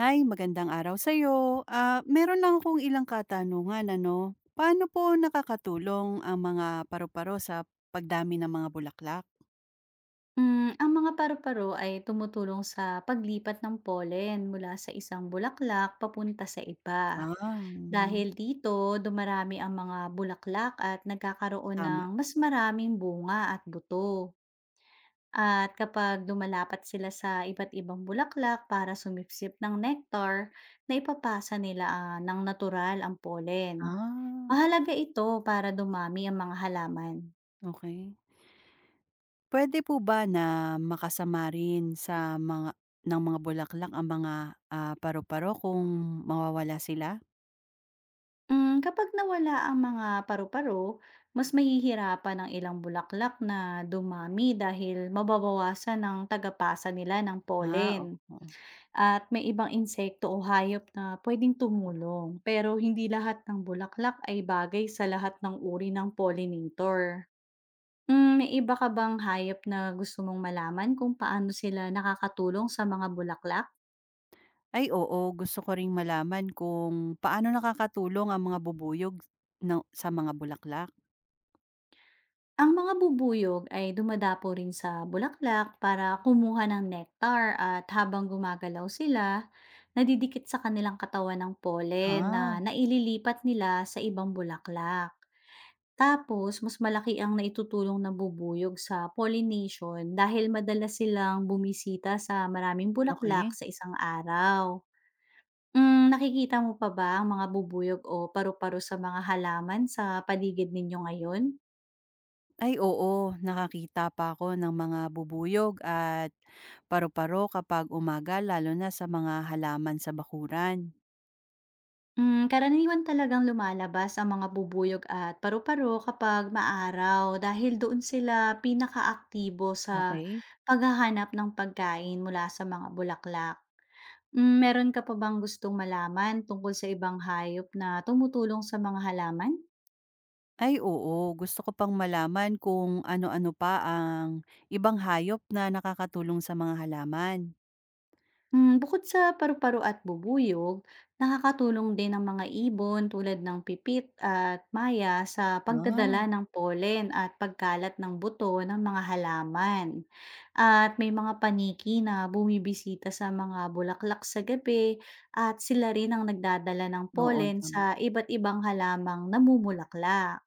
Hi, magandang araw sa'yo. Meron lang akong ilang katanungan ano. Paano po nakakatulong ang mga paru-paro sa pagdami ng mga bulaklak? Hmm, ang mga paru-paro ay tumutulong sa paglipat ng pollen mula sa isang bulaklak papunta sa iba. Ah, mm, Dahil dito, dumarami ang mga bulaklak at nagkakaroon ng Tama. mas maraming bunga at buto. At kapag dumalapat sila sa iba't ibang bulaklak para sumipsip ng nectar, na ipapasa nila ng natural ang pollen. Ah, Mahalaga ito para dumami ang mga halaman. okay. Puwede po ba na makasama rin sa mga ng mga bulaklak ang mga, paru-paro kung mawawala sila? Hmm, kapag nawala ang mga paru-paro, mas mahihirapan ang ilang bulaklak na dumami dahil mababawasan ang tagapasa nila ng pollen. Oo. At may ibang insekto o hayop na pwedeng tumulong, pero hindi lahat ng bulaklak ay bagay sa lahat ng uri ng pollinator. Hmm, may iba ka bang hayop na gusto mong malaman kung paano sila nakakatulong sa mga bulaklak? Ay oo, gusto ko ring malaman kung paano nakakatulong ang mga bubuyog ng sa mga bulaklak. Ang mga bubuyog ay dumadapo rin sa bulaklak para kumuha ng nectar at habang gumagalaw sila, nadidikit sa kanilang katawan ng pollen na Ah. naililipat nila sa ibang bulaklak. Tapos, mas malaki ang naitutulong ng bubuyog sa pollination dahil madalas silang bumisita sa maraming bulaklak Okey. sa isang araw. Mm, nakikita mo pa ba ang mga bubuyog o paru-paro sa mga halaman sa paligid ninyo ngayon? Ay oo, nakakita pa ako ng mga bubuyog at paru-paro kapag umaga lalo na sa mga halaman sa bakuran. Hmm, karaniwan talagang lumalabas ang mga bubuyog at paru-paro kapag maaraw dahil doon sila pinakaaktibo sa Okey. paghahanap ng pagkain mula sa mga bulaklak. Hmm, meron ka pa bang gustong malaman tungkol sa ibang hayop na tumutulong sa mga halaman? Ay oo, gusto ko pang malaman kung ano-ano pa ang ibang hayop na nakakatulong sa mga halaman. Hmm, bukod sa paru-paro at bubuyog, nakakatulong din ang mga ibon tulad ng pipit at maya sa pagdadala Ah, ng pollen at pagkalat ng buto ng mga halaman. At may mga paniki na bumibisita sa mga bulaklak sa gabi at sila rin ang nagdadala ng Oo, pollen sa tama, iba't ibang halamang namumulaklak.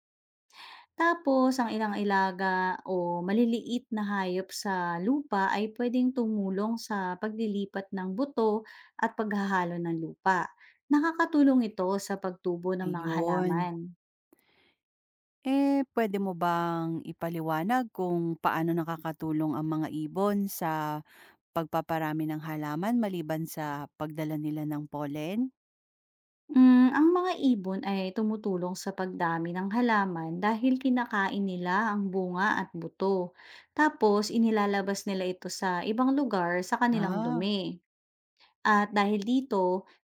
Tapos, ang ilang ilaga o maliliit na hayop sa lupa ay pwedeng tumulong sa paglilipat ng buto at paghahalo ng lupa. Nakakatulong ito sa pagtubo ng mga ayun. halaman. Eh, puwede mo bang ipaliwanag kung paano nakakatulong ang mga ibon sa pagpaparami ng halaman maliban sa pagdala nila ng pollen? Hmm, ang mga ibon ay tumutulong sa pagdami ng halaman dahil kinakain nila ang bunga at buto. Tapos, inilalabas nila ito sa ibang lugar sa kanilang Ah, dumi. At dahil dito,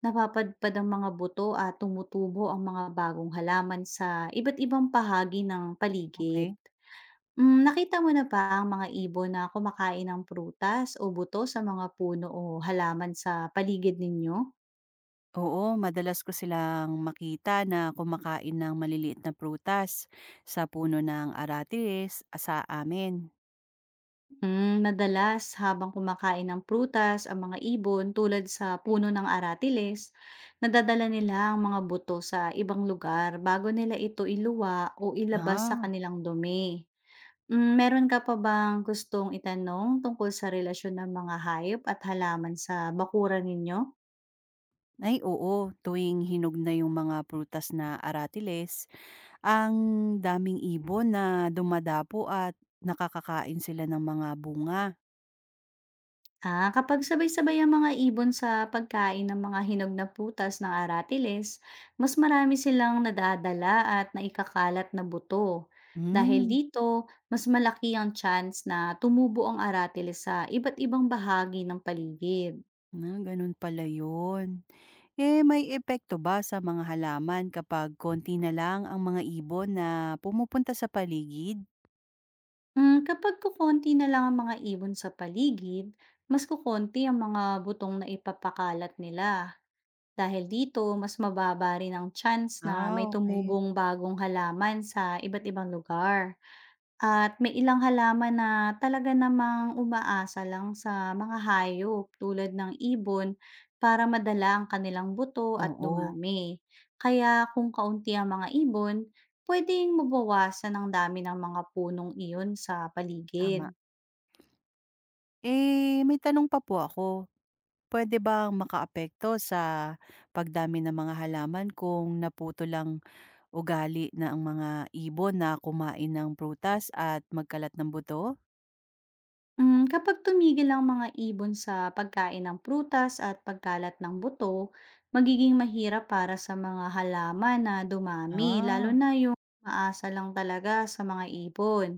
napapadpad ang mga buto at tumutubo ang mga bagong halaman sa iba't ibang bahagi ng paligid. okay. Mm, nakita mo na ba ang mga ibon na kumakain ng prutas o buto sa mga puno o halaman sa paligid ninyo? Oo, madalas ko silang makita na kumakain ng maliliit na prutas sa puno ng aratiles sa amin. Mm, madalas habang kumakain ng prutas ang mga ibon tulad sa puno ng aratiles, nadadala nila ang mga buto sa ibang lugar bago nila ito iluwa o ilabas sa Ah, kanilang dumi. Mm, meron ka pa bang gustong itanong tungkol sa relasyon ng mga hayop at halaman sa bakuran ninyo? ay oo, tuwing hinog na yung mga prutas na aratiles, ang daming ibon na dumadapo at nakakakain sila ng mga bunga. Ah, kapag sabay-sabay ang mga ibon sa pagkain ng mga hinog na putas ng aratiles, mas marami silang nadadala at naikakalat na buto. Dahil Hmm, dito, mas malaki ang chance na tumubo ang aratiles sa iba't ibang bahagi ng paligid. na ganun pala yun. Eh, may epekto ba sa mga halaman kapag konti na lang ang mga ibon na pumupunta sa paligid? Mm, kapag kukonti na lang ang mga ibon sa paligid, mas kukonti ang mga butong na ipapakalat nila. Dahil dito, mas mababa rin ang chance na may Okay. tumubong bagong halaman sa iba't ibang lugar. At may ilang halaman na talaga namang umaasa lang sa mga hayop tulad ng ibon para madala ang kanilang buto at Oo, dumami. Kaya kung kaunti ang mga ibon, pwedeng mabawasan ang dami ng mga punong iyon sa paligid. tama. Eh, may tanong pa po ako. Puwede bang makaapekto sa pagdami ng mga halaman kung naputo lang ugali na ang mga ibon na kumain ng prutas at magkalat ng buto? Mm, kapag tumigil ang mga ibon sa pagkain ng prutas at pagkalat ng buto, magiging mahirap para sa mga halaman na dumami, lalo Ah, na yung maasa lang talaga sa mga ibon.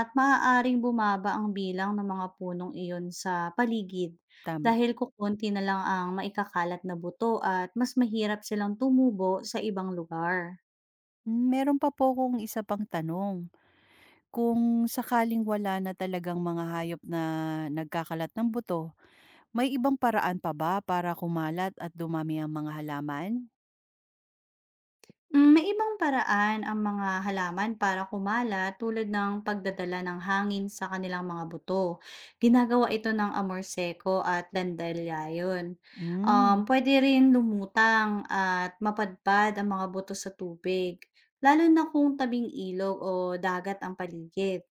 At maaaring bumaba ang bilang ng mga punong iyon sa paligid Tama. dahil kukonti na lang ang maikakalat na buto at mas mahirap silang tumubo sa ibang lugar. Meron pa po akong isa pang tanong. Kung sakaling wala na talagang mga hayop na nagkakalat ng buto, may ibang paraan pa ba para kumalat at dumami ang mga halaman? Hmm, may ibang paraan ang mga halaman para kumala tulad ng pagdadala ng hangin sa kanilang mga buto. Ginagawa ito ng amor seko at dandelion. Hmm, Pwede rin lumutang at mapadpad ang mga buto sa tubig, lalo na kung tabing ilog o dagat ang paligid.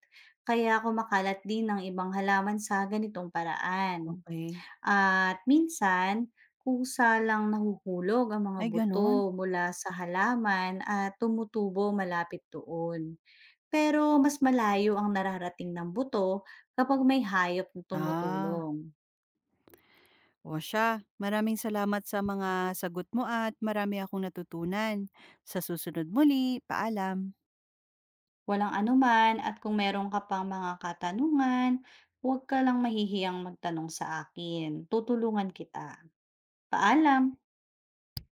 Kaya kumakalat din ng ibang halaman sa ganitong paraan. okey. At minsan, kusa lang nahuhulog ang mga Ay gano'n? buto mula sa halaman at tumutubo malapit doon. Pero mas malayo ang nararating ng buto kapag may hayop na Ah, tumutulong. O siya, maraming salamat sa mga sagot mo at marami akong natutunan. Sa susunod muli, paalam. Walang anuman, at kung meron ka pang mga katanungan, huwag ka lang mahihiyang magtanong sa akin. Tutulungan kita. Paalam!